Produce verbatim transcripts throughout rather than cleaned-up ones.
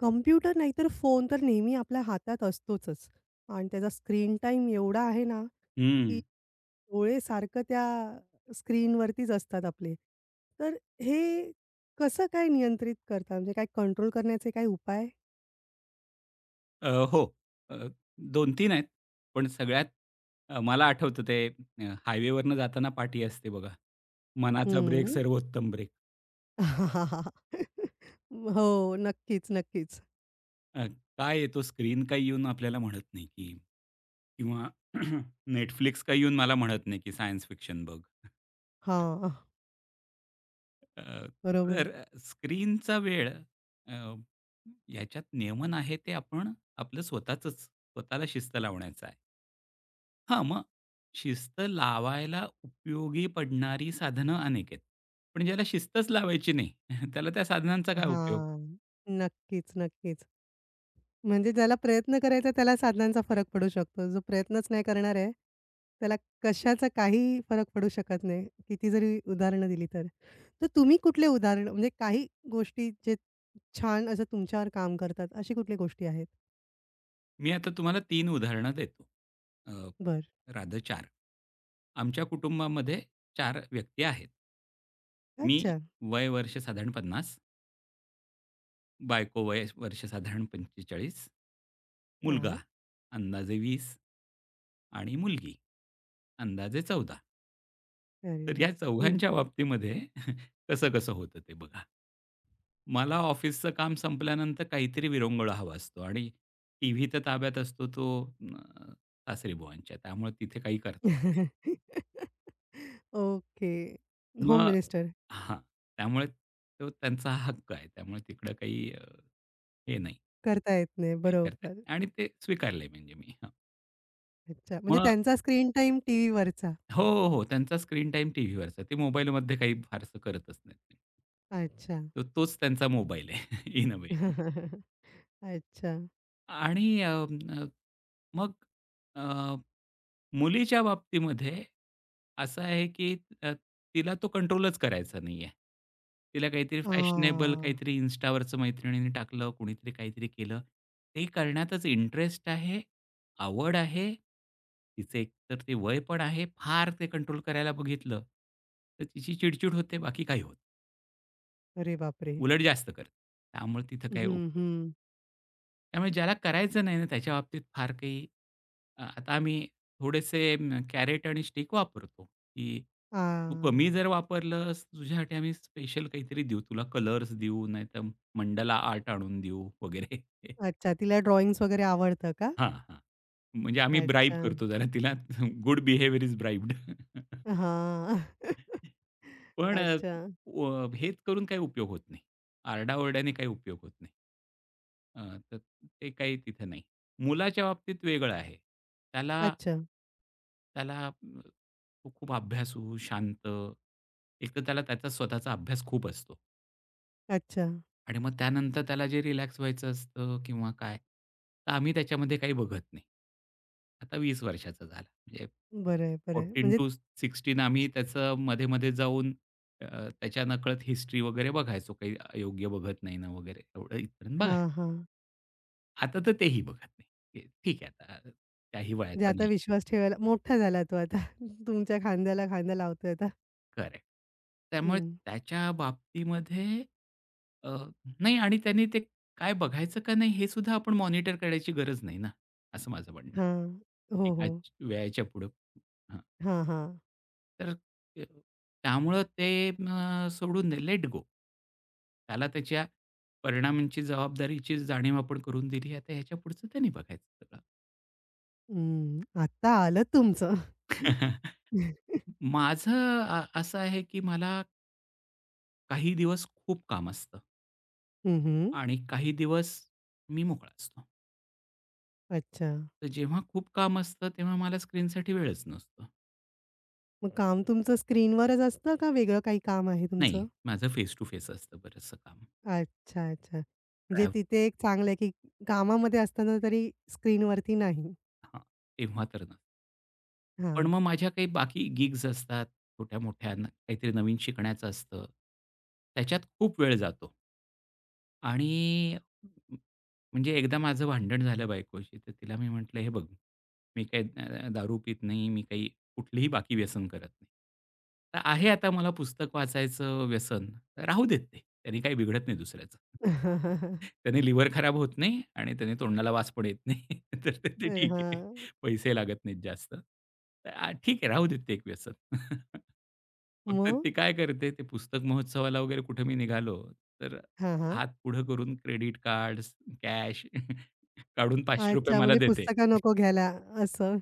Computer नाहीतर phone तर नेहमी आपल्या हातात असतोचच आणि त्याचा स्क्रीन टाईम एवढा आहे ना, की हं. डोळे सारखं त्या स्क्रीनवरतीच असतात आपले. तर हे कसं काय नियंत्रित करता? म्हणजे काय कंट्रोल करण्याचे काही उपाय? अ, हो. अ, दोन-तीन आहेत. पण सगळ्यात अ, मला आठवतं ते अ, हायवेवरनं जाताना पाटी असते बघा. मनाचा ब्रेक हं. सर्वोत्तम ब्रेक. हो. नक्कीच, नक्कीच. अ, काय आहे, तो स्क्रीन काही येऊन आपल्याला म्हणत नाही, की किंवा Netflix काही येऊन मला म्हणत नाही, की सायन्स फिक्शन बघ. हां. अ, बरोबर. तर स्क्रीनचा वेळ अ, ह्याच्यात नियमन आहे ते आपण आपलं स्वतःचंच स्वतःला शिस्त लावण्याचं आहे. हां, मग शिस्त लावायला उपयोगी पडणारी साधनं अनेक आहेत. पण ज्याला शिस्तच लावायची नाही, त्याला त्या साधनांचा काय उपयोग? हां. नक्कीच, नक्कीच. म्हणजे ज्याला प्रयत्न करायचा आहे, त्याला साधनांचा फरक पडू शकतो. जो प्रयत्नच नाही करणार आहे, त्याला कशाचा काही फरक पडू शकत नाही. किती जरी उदाहरणं दिली तर. तर तुम्ही कुठले उदाहरण म्हणजे काही गोष्टी जे छान असं तुमच्यावर काम करतात, अशी कुठली गोष्टी आहेत? मी आता तुम्हाला तीन उदाहरणं देतो. अ, बरं. रादर चार. आमच्या कुटुंबामध्ये चार व्यक्ती आहेत. मी, अच्छा. वय वर्ष साधारण पन्नास, बायको वय वर्ष साधारण पंचेचाळीस, मुलगा हां. अंदाजे वीस आणि मुलगी अंदाजे चौदा. अरे तर वाह! या हं. चौघांच्या बाबतीमध्ये कसं-कसं होतं ते बघा. मला ऑफिसचं काम संपल्यानंतर काहीतरी विरंगुळा हवा असतो आणि टीव्ही तर ताब्यात असतो तो अ, सासरीबुवांच्या. त्यामुळे तिथे काही करता येत नाही. ओके. होम मग मिनिस्टर. हां, त्यामुळे तो त्यांचा हा हक्क आहे. त्यामुळे तिकडं काही अ, हे नाही, करता येत नाही. काही करता येत बरोबर. नाही आणि ते स्वीकारलंय, म्हणजे मी. हां. अच्छा. म्हणजे मग त्यांचा स्क्रीन टाईम टीव्हीवरचा. हो, हो, हो. त्यांचा स्क्रीन टाईम टीव्हीवरचा. ते मोबाईलमध्ये काही फारसं करतच नाहीत. अच्छा. तर तोच त्यांचा मोबाईल आहे इन अ वे. अच्छा. आणि अ, अ, मग मुलीच्या बाबतीमध्ये असं आहे, की अ, तिला तो कंट्रोलच करायचा नाहीये. तिला काहीतरी फॅशनेबल, आह, काहीतरी Instaवरचं मैत्रिणीने टाकलं, कुणीतरी काहीतरी केलं. ते करण्यातच इंटरेस्ट आहे, आवड आहे. तिचं एकतर ते वय पण आहे. फार ते कंट्रोल करायला बघितलं, तर तिची चिडचिड होते, बाकी काही होत. अरे बापरे! उलट जास्त करते. त्यामुळे तिथं काही हं, उपयोग. हं. त्यामुळे ज्याला करायचं नाही ना, त्याच्या बाबतीत फार काही. अ, आता आम्ही थोडेसे अं, कॅरेट आणि स्टिक वापरतो, की तू कमी हां. जर वापरलंस, तुझ्यासाठी आम्ही स्पेशल काहीतरी देऊ. तुला कलर्स देऊ, नाहीतर मंडला आर्ट आणून देऊ वगैरे. अच्छा, तिला ड्रॉइंग्स वगैरे आवडतं का? हां, हां. म्हणजे आम्ही ब्राइब अच्छा. करतो जरा तिला. Good behaviour is bribed. हां. पण अ, अच्छा, व हेच करून काही उपयोग होत नाही. आरडा-ओरड्याने काही उपयोग होत नाही. अ, तर ते काही तिथे नाही. मुलाच्या बाबतीत वेगळं आहे. त्याला अच्छा, त्याला अ, तो खूप अभ्यासू, शांत, एकतर त्याला त्याचा स्वतःचा अभ्यास खूप असतो. अच्छा. आणि मग त्यानंतर त्याला जे रिलॅक्स व्हायचं असतं किंवा काय, तर आम्ही त्याच्यामध्ये काही बघत नाही. आता वीस वर्षाचा झाला. म्हणजे बरं आहे, बरं आहे. म्हणजे चौदा ते सोळा आम्ही त्याचं मध्ये-मध्ये जाऊन अ, त्याच्या नकळत हिस्ट्री वगैरे बघायचो. काही अयोग्य बघत नाही ना वगैरे, एवढं इथपर्यंत बघायचो. हां, हां. आता तर तेही बघत नाही. ते ठीक आहे आता. काही म्हणजे वयाचा आता नाही. विश्वास ठेवायला मोठा झाला तो आता. तुमच्या खांद्याला खांदा लावतोय आता. करेक्ट. त्यामुळे हं. त्याच्या बाबतीमध्ये अ, नाही, आणि त्यांनी ते काय बघायचं का नाही हे सुद्धा आपण मॉनिटर करायची गरज नाही ना, असं माझं म्हणणं आहे. हां. हो, एका हो. च- वेळेच्या पुढं. हां, हां, हां. तर अ, त्यामुळं ते अ, सोडून दे, लेट गो. त्याला त्याच्या परिणामांची, जबाबदारीची जाणीव आपण करून दिली. आता ह्याच्या पुढचं त्यांनी बघायचं सगळं. हं. आता आलं तुमचं. माझं अ, असं आहे, की मला काही दिवस खूप काम असतं. हं, आणि काही दिवस मी मोकळा असतो. अच्छा. तर जेव्हा खूप काम असतं, तेव्हा मला स्क्रीनसाठी वेळच नसतो. मग काम तुमचं स्क्रीनवरच असतं का वेगळं काही काम आहे नाही, तुमचं? माझं फेस टू फेस असतं बरचसं काम. अच्छा, अच्छा. म्हणजे ट्रॅव्ह तिथे एक चांगलं आहे, की कामामध्ये असताना तरी स्क्रीनवरती नाही. हां, तेव्हा तर नसतं. पण हां. मग माझ्या काही बाकी गिग्स असतात, छोट्या-मोठ्या, काहीतरी नवीन शिकण्याचं असतं. त्याच्यात खूप वेळ जातो. आणि म्हणजे एकदा माझं भांडण झालं बायकोशी, तर तिला मी म्हटलं, "हे बघ, मी काही अ, दारू पीत नाही, मी काही कुठलीही बाकी व्यसन करत नाही. तर आहे आता मला पुस्तक वाचायचं व्यसन, तर राहू देत ते. त्याने काही बिघडत नाही दुसऱ्याचं. त्याने लिव्हर खराब होत नाही आणि त्याने तोंडाला वास पण येत नाही. तर ते ते तर ठीक आहे. हां. पैसे लागत नाहीत जास्त. तर आ, ठीक आहे, राहू देत ते एक व्यसन." फक्त मग? ती काय करते, ते पुस्तक महोत्सवाला वगैरे कुठे मी निघालो, तर हां, हां. हात पुढं करून क्रेडिट कार्ड्स, कॅश काढून ₹पाचशे रुपये अच्छा, मला म्हणजे देते. पुस्तकं नको घ्यायला असं.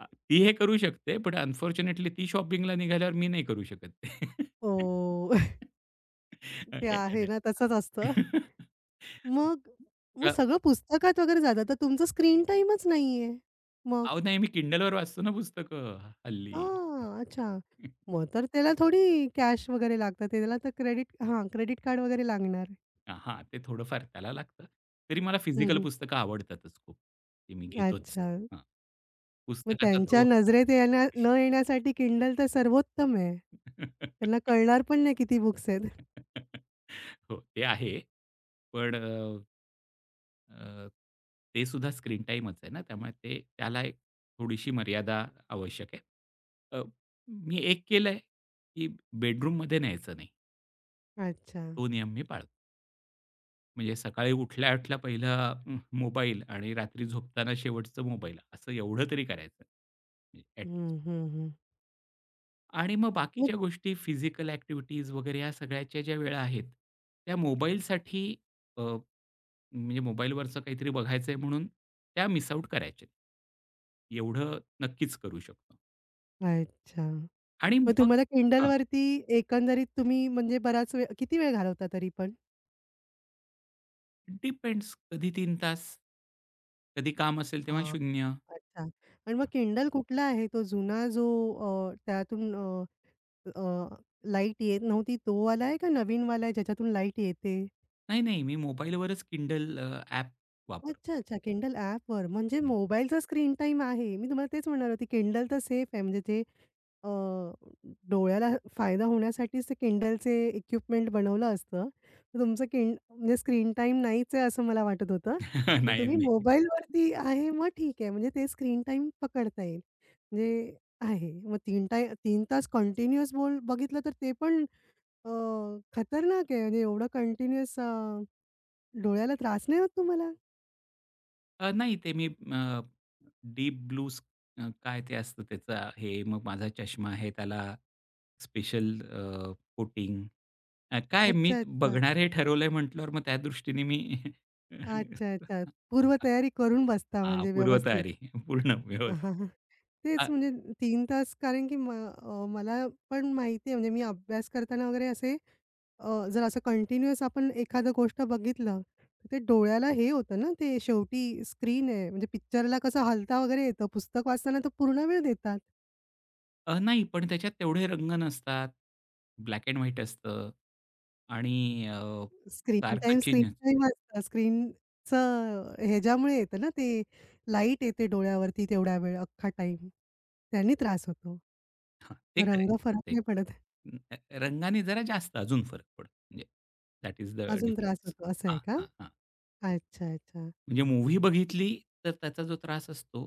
अ, ती हे करू शकते, पण अनफॉर्च्युनेटली ती शॉपिंगला निघाल्यावर मी नाही करू शकत ते. ओह! अ, ते ए आहे एडे ना, तसंच असतं. मग मग अ, सगळं पुस्तकात वगैरे जातं, तर तुमचं स्क्रीन टाईमच नाहीये. मग? अहो नाही, मी Kindleवर वाचतो ना पुस्तकं हल्ली. हां, अच्छा. मग तर त्याला थोडी कॅश वगैरे लागतं. त्याला तर क्रेडिट हां, क्रेडिट कार्ड वगैरे लागणार. हां, ते थोडंफार त्याला लागतं. तरी मला हं, फिजिकल हं. पुस्तकं आवडतातच खूप. ते मी घेतोच. अच्छा. हां. मग पुस्तकाचा त्यांच्या तो नजरेत येण्या न येण्यासाठी Kindle तर सर्वोत्तम आहे. त्यांना कळणार पण नाही किती बुक्स आहेत. हो, ते आहे. पण अ, अ, ते सुद्धा स्क्रीन टाईमच आहे ना, त्यामुळे ते त्याला एक थोडीशी मर्यादा आवश्यक आहे. अ, मी एक केलंय, की बेडरूममध्ये न्यायचं नाही. अच्छा. तो नियम मी पाळतो. म्हणजे सकाळी उठल्या-उठल्या पहिला अं, मोबाईल आणि रात्री झोपताना शेवटचं मोबाईल, असं एवढं तरी करायचं. At least. हं, हं, हं. आणि मग मग बाकीच्या गोष्टी, फिजिकल ॲक्टिव्हिटीज वगैरे या सगळ्याच्या ज्या वेळा आहेत, त्या मोबाईलसाठी, म्हणजे मोबाईलवरचं काहीतरी बघायचंय म्हणून, त्या मिस आउट करायच्या. एवढं नक्कीच करू शकतो. अच्छा. आणि मग मग तुम्हाला हां, Kindleवरती एकंदरीत तुम्ही म्हणजे बराच वेळ किती वेळ घालवता तरी पण? डिपेंड्स, कधी तीन तास, कधी काम असेल तेव्हा हां, शून्य. अच्छा. आणि मग Kindle कुठला आहे तो जुना जो अ, त्यातून अ, अ, लाईट येत नव्हती तो वाला आहे का नवीनवाला आहे ज्याच्यातून लाईट येते? नाही, नाही, मी मोबाईलवरच Kindle ॲप वापरतो. अच्छा, अच्छा. Kindle ॲपवर म्हणजे मोबाईलचा स्क्रीन टाईम आहे. मी तुम्हाला तेच म्हणणार होती Kindle तर सेफ आहे म्हणजे ते अ, डोळ्याला फायदा होण्यासाठीच ते Kindleचे इक्विपमेंट बनवलं असतं. तर तुमचं किंड म्हणजे स्क्रीन टाईम नाहीच आहे असं मला वाटत होतं. पण तुम्ही नाही. मोबाईलवरती आहे मग ठीक आहे. म्हणजे ते स्क्रीन टाईम पकडता येईल. म्हणजे आहे. मग तीन टा तीन तास कंटिन्युअस बोल बघितलं तर ते पण अ, खतरनाक आहे. म्हणजे एवढं कंटिन्युअस डोळ्याला त्रास नाही होत तुम्हाला? अ, नाही, ते मी अ, डीप ब्लू स्क अ, काय ते असतं त्याचं हे, मग माझा चष्मा आहे त्याला स्पेशल अ, कोटिंग. अ, काय मी अच्छा, अच्छा. बघणार हे ठरवलंय म्हटल्यावर, मग त्या दृष्टीने मी. अच्छा, अच्छा. पूर्वतयारी करून बसता हां, म्हणजे व्यवस्थित. पूर्वतयारी पूर्ण हां, व्यवस्थित. हां. अ, तेच म्हणजे तीन तास कारण की म अ, मला पण माहिती आहे म्हणजे मी अभ्यास करताना वगैरे असे अ, जर असं कंटिन्युअस आपण एखादं गोष्ट बघितलं, तर ते डोळ्याला हे होतं ना, ते शेवटी स्क्रीन आहे म्हणजे पिक्चरला कसं हलता वगैरे येतं, पुस्तक वाचताना तर पूर्ण वेळ देतात. अ, नाही, पण त्याच्यात तेवढे रंग नसतात. ब्लॅक एंड व्हाईट असतं आणि अ, स्क्रीन सारखं टाईम, चेंज. स्क्रीन टाईम असतं. स्क्रीनचं ह्याच्यामुळे येतं ना, ते लाईट येते डोळ्यावरती तेवढा वेळ अख्खा टाईम. त्यांनी त्रास होतो. हां, ते मग खरं आहे. रंग फरक ते नाही पडत. अ, रंगाने जरा जास्त अजून फरक पडतो. म्हणजे दॅट इज द अजून त्रास डिफरन्स. होतो असं आहे हां, का? हां, हां. अच्छा, अच्छा. म्हणजे मूव्ही बघितली तर त्याचा जो त्रास असतो,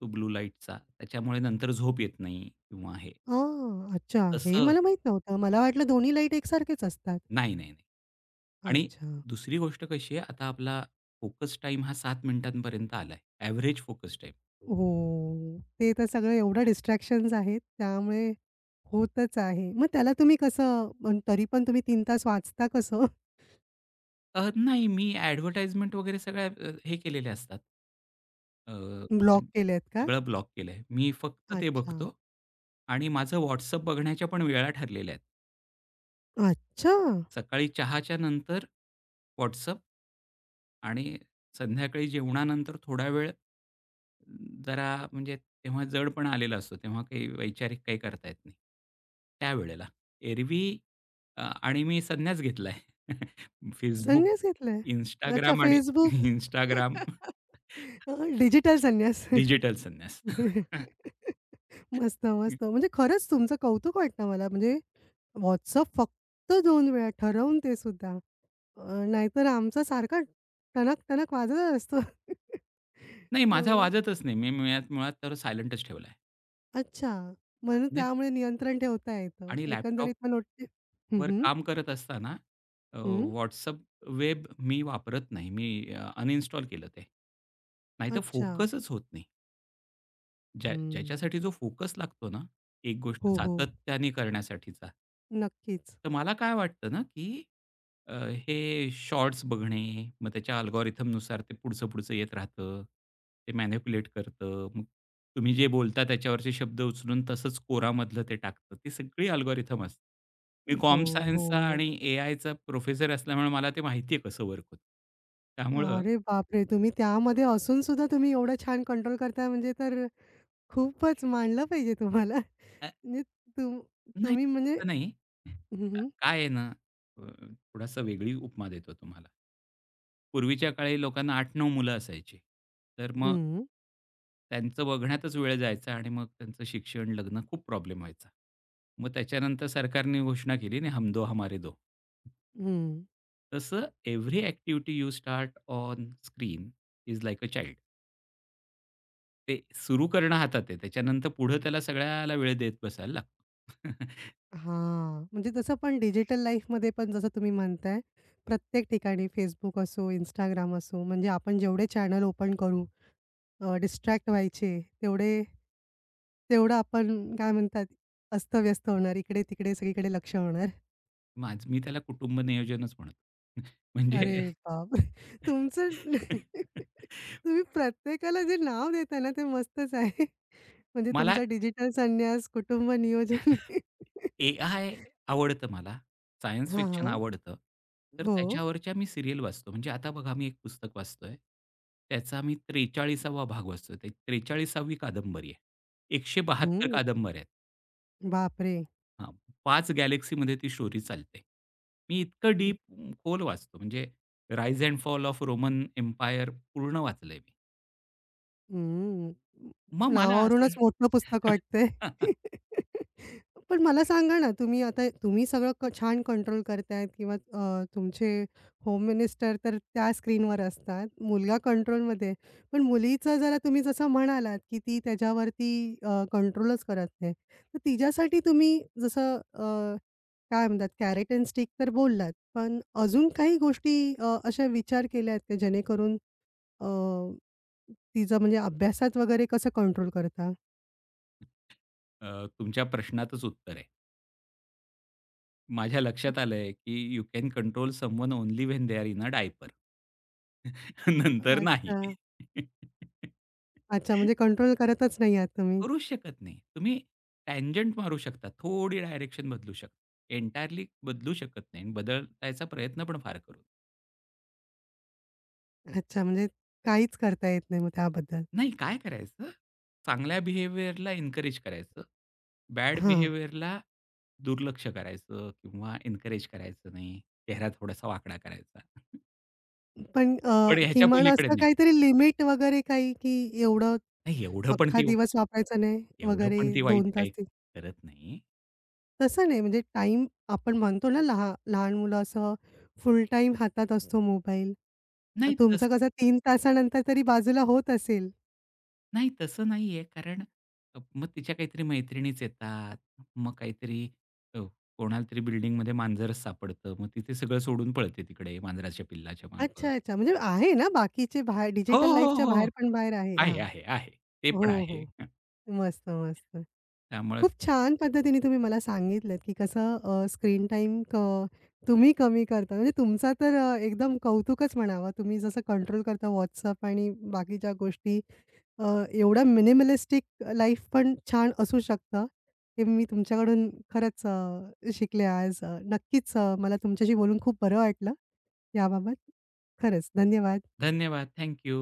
तो ब्लू लाईटचा, त्याच्यामुळे नंतर झोप येत नाही किंवा हे. हां, अच्छा. हे तसं मला माहीत नव्हतं. मला वाटलं दोन्ही लाईट एकसारखेच असतात. नाही, नाही, नाही. आणि अच्छा. दुसरी गोष्ट कशी आहे, आता आपला फोकस टाईम हा सात मिनिटांपर्यंत आलाय. Average focus time. हो. ते तर सगळं एवढं डिस्ट्रॅक्शन्स आहेत त्यामुळे होतच आहे. मग त्याला तुम्ही कसं पण तरी पण तुम्ही तीन तास वाचता कसं? अ, नाही, मी ॲडव्हर्टाइजमेंट वगैरे सगळ्या अ, हे केलेल्या असतात. अ, ब्लॉक केलेत का? सगळं ब्लॉक केलंय. मी फक्त ते अच्छा. बघतो. आणि माझं WhatsApp बघण्याच्या पण वेळा ठरलेल्या आहेत. अच्छा! सकाळी चहाच्या नंतर WhatsApp, आणि संध्याकाळी जेवणानंतर थोडा वेळ, जरा म्हणजे तेव्हा जडपणा आलेला असतो, तेव्हा काही वैचारिक काही करता येत नाही त्यावेळेला. एरवी अ, आणि मी संन्यास घेतलाय. Facebook, संन्यास घेतलाय? अच्छा इंस्टाग्राम आणि Facebook. इंस्टाग्राम. डिजिटल संन्यास. डिजिटल संन्यास. मस्त, मस्त. म्हणजे खरंच तुमचं कौतुक वाटतं मला. म्हणजे WhatsApp फक्त दोन वेळा ठरवून ते सुद्धा. अ, नाहीतर आमचा सारखा टणक-टणक वाजतच असतो. नाही, अ, माझा वाजतच नाही. मी मुळात मुळात तर सायलेंटच ठेवलाय. अच्छा. म्हणून नाही, त्यामुळे नियंत्रण ठेवता येतं. आणि लॅपटॉप एकंदरीत मग नोटी हं, वर हं. काम करत असताना अ, हं. WhatsApp वेब मी वापरत नाही. मी अ, अनइन्स्टॉल केलं ते. नाहीतर अच्छा. फोकसच होत नाही. ज्या हं. ज्याच्यासाठी जो फोकस लागतो ना, एक गोष्ट हो, हो. सातत्याने करण्यासाठीचा. नक्कीच. तर मला काय वाटतं ना, की अ, हे शॉर्ट्स बघणे, मग त्याच्या अल्गोरिथमनुसार ते पुढचं-पुढचं येत राहतं. ते मॅनिप्युलेट करतं. मग तुम्ही जे बोलता त्याच्यावरचे शब्द उचलून तसंच कोरामधलं ते टाकतं. ती सगळी अल्गोरिथम असते. मी हो, कॉम हो. सायन्सचा आणि एआयचा प्रोफेसर असल्यामुळे मला ते माहिती आहे, कसं वर्क होतं. त्यामुळं अरे बापरे! तुम्ही त्यामध्ये असून सुद्धा तुम्ही एवढं छान कंट्रोल करताय म्हणजे तर खूपच मानलं पाहिजे तुम्हाला. अ, म्हणजे तुम नाही, तुम्ही म्हणजे तसं नाही. हं, का- हं. काय आहे ना, अ, थोडासा वेगळी उपमा देतो तुम्हाला. पूर्वीच्या काळी लोकांना आठ-नऊ मुलं असायची. तर मग हं, त्यांचं बघण्यातच वेळ जायचा आणि मग त्यांचं शिक्षण, लग्न खूप प्रॉब्लेम व्हायचा. मग त्याच्यानंतर सरकारने घोषणा केली ना, "हम दो हमारे दो." हं. तसं every activity you start on screen is like a child. ते सुरू करणं हातात आहे. त्याच्यानंतर पुढे त्याला सगळ्याला वेळ देत बसायला लागतो. हां. म्हणजे तसं पण डिजिटल लाईफमध्ये पण जसं तुम्ही म्हणताय, प्रत्येक ठिकाणी Facebook असो, Instagram असो, म्हणजे आपण जेवढे चॅनल ओपन करू अ, डिस्ट्रॅक्ट व्हायचे, तेवढे तेवढं आपण काय म्हणतात, अस्तव्यस्त होणार, इकडे-तिकडे सगळीकडे लक्ष होणार. माझं मी त्याला कुटुंब नियोजनच म्हणतो. अरे म्हणजे बापरे! तुमचं तुम्ही प्रत्येकाला जे नाव देता ना, ते मस्तच आहे. म्हणजे मला तुमचा डिजिटल संन्यास, कुटुंब नियोजन. ए-आय आवडतं मला. सायन्स हां, फिक्शन हां. आवडतं. तर हं. हो. त्याच्यावरच्या मी सीरियल वाचतो. म्हणजे आता बघा, मी एक पुस्तक वाचतोय. त्याचा मी त्रेचाळिसावा भाग वाचतोय. ते त्रेचाळिसावी कादंबरी आहे. एकशे बहात्तर हं. कादंबऱ्या आहेत. बापरे! हां, पाच गॅलेक्सीमध्ये ती स्टोरी चालते. मी इतकं डीप, खोल वाचतो. म्हणजे rise and fall of Roman empire पूर्ण वाचलंय मी. हं. मग मला असं. नावावरूनच मोठं पुस्तक वाटतंय. पण मला सांगा ना, तुम्ही आता तुम्ही सगळं क छान कंट्रोल करतायत किंवा अ, तुमचे होम मिनिस्टर तर त्या स्क्रीनवर असतात. मुलगा कंट्रोलमध्ये. पण मुलीचं जरा तुम्ही जसं म्हणालात, की ती त्याच्यावरती अ, कंट्रोलच करत नाही. तर तिच्यासाठी तुम्ही जसं अ, काय म्हणतात कॅरेट एंड स्टिक तर बोललात. पण अजून काही गोष्टी अ, अशा विचार केल्या आहेत का जेणेकरून अ तिचं म्हणजे अभ्यासात वगैरे कसं कंट्रोल करता? अ, तुमच्या प्रश्नातच उत्तर आहे. माझ्या लक्षात आलंय, की you can control someone only when they are in a diaper. नंतर नाही. अच्छा. अच्छा, म्हणजे कंट्रोल करतच नाही आहात तुम्ही. करूच शकत नाही. तुम्ही टँजंट मारू शकता. थोडी डायरेक्शन बदलू शकता. एंटायरली बदलू शकत नाही, आणि बदलायचा प्रयत्न पण फार करू. अच्छा, म्हणजे काहीच करता येत नाही मग त्याबद्दल. नाही, काय करायचं? चांगल्या बिहेवियरला एन्करेज करायचं. बॅड हां. बिहेवियरला दुर्लक्ष करायचं, किंवा एन्करेज करायचं नाही. चेहरा थोडासा वाकडा करायचा. पण अ, पण ह्याच्या किमान पलीकडे असं नाही. काहीतरी लिमिट वगैरे काही, की एवढं नाही, एवढं पण अख्खा ती दिवस वापरायचं नाही एवढं वगैरे पण ती दोन वाईट तास काही ते करत नाही. तसं नाही म्हणजे टाईम आपण म्हणतो ना लहा लहान मुलं असं फुल टाईम हातात असतो मोबाईल. नाही तस तुमचं कसं तीन तासानंतर तरी बाजूला होत असेल? नाही, तसं नाहीये, कारण अ, मग तिच्या काहीतरी मैत्रिणीच येतात. मग काहीतरी अ, कोणालातरी बिल्डिंगमध्ये मांजरच सापडतं. मग ती सगळं सोडून पळते तिकडे, मांजराच्या पिल्लाच्या मागं. अच्छा, अच्छा. म्हणजे आहे ना बाकीचे बाहेर हो, डिजिटल हो, लाईफच्या हो. बाहेर पण बाहेर आहे. आहे, हां. आहे, आहे. ते हो, पण आहे. हो. हं. मस्त, मस्त. त्यामुळे खूप छान पद्धतीने तुम्ही मला सांगितलंत, की कसं स्क्रीन टाईम क तुम्ही कमी करता. म्हणजे तुमचा तर अ, एकदम कौतुकच म्हणावं. तुम्ही जसं कंट्रोल करता WhatsApp आणि बाकीच्या गोष्टी. अ, एवढा मिनिमलिस्टिक लाईफ पण छान असू शकतं. हे मी तुमच्याकडून खरंच अ, शिकले आज. अ, नक्कीच अ, मला तुमच्याशी बोलून खूप बरं वाटलं याबाबत. खरंच धन्यवाद. धन्यवाद. Thank you.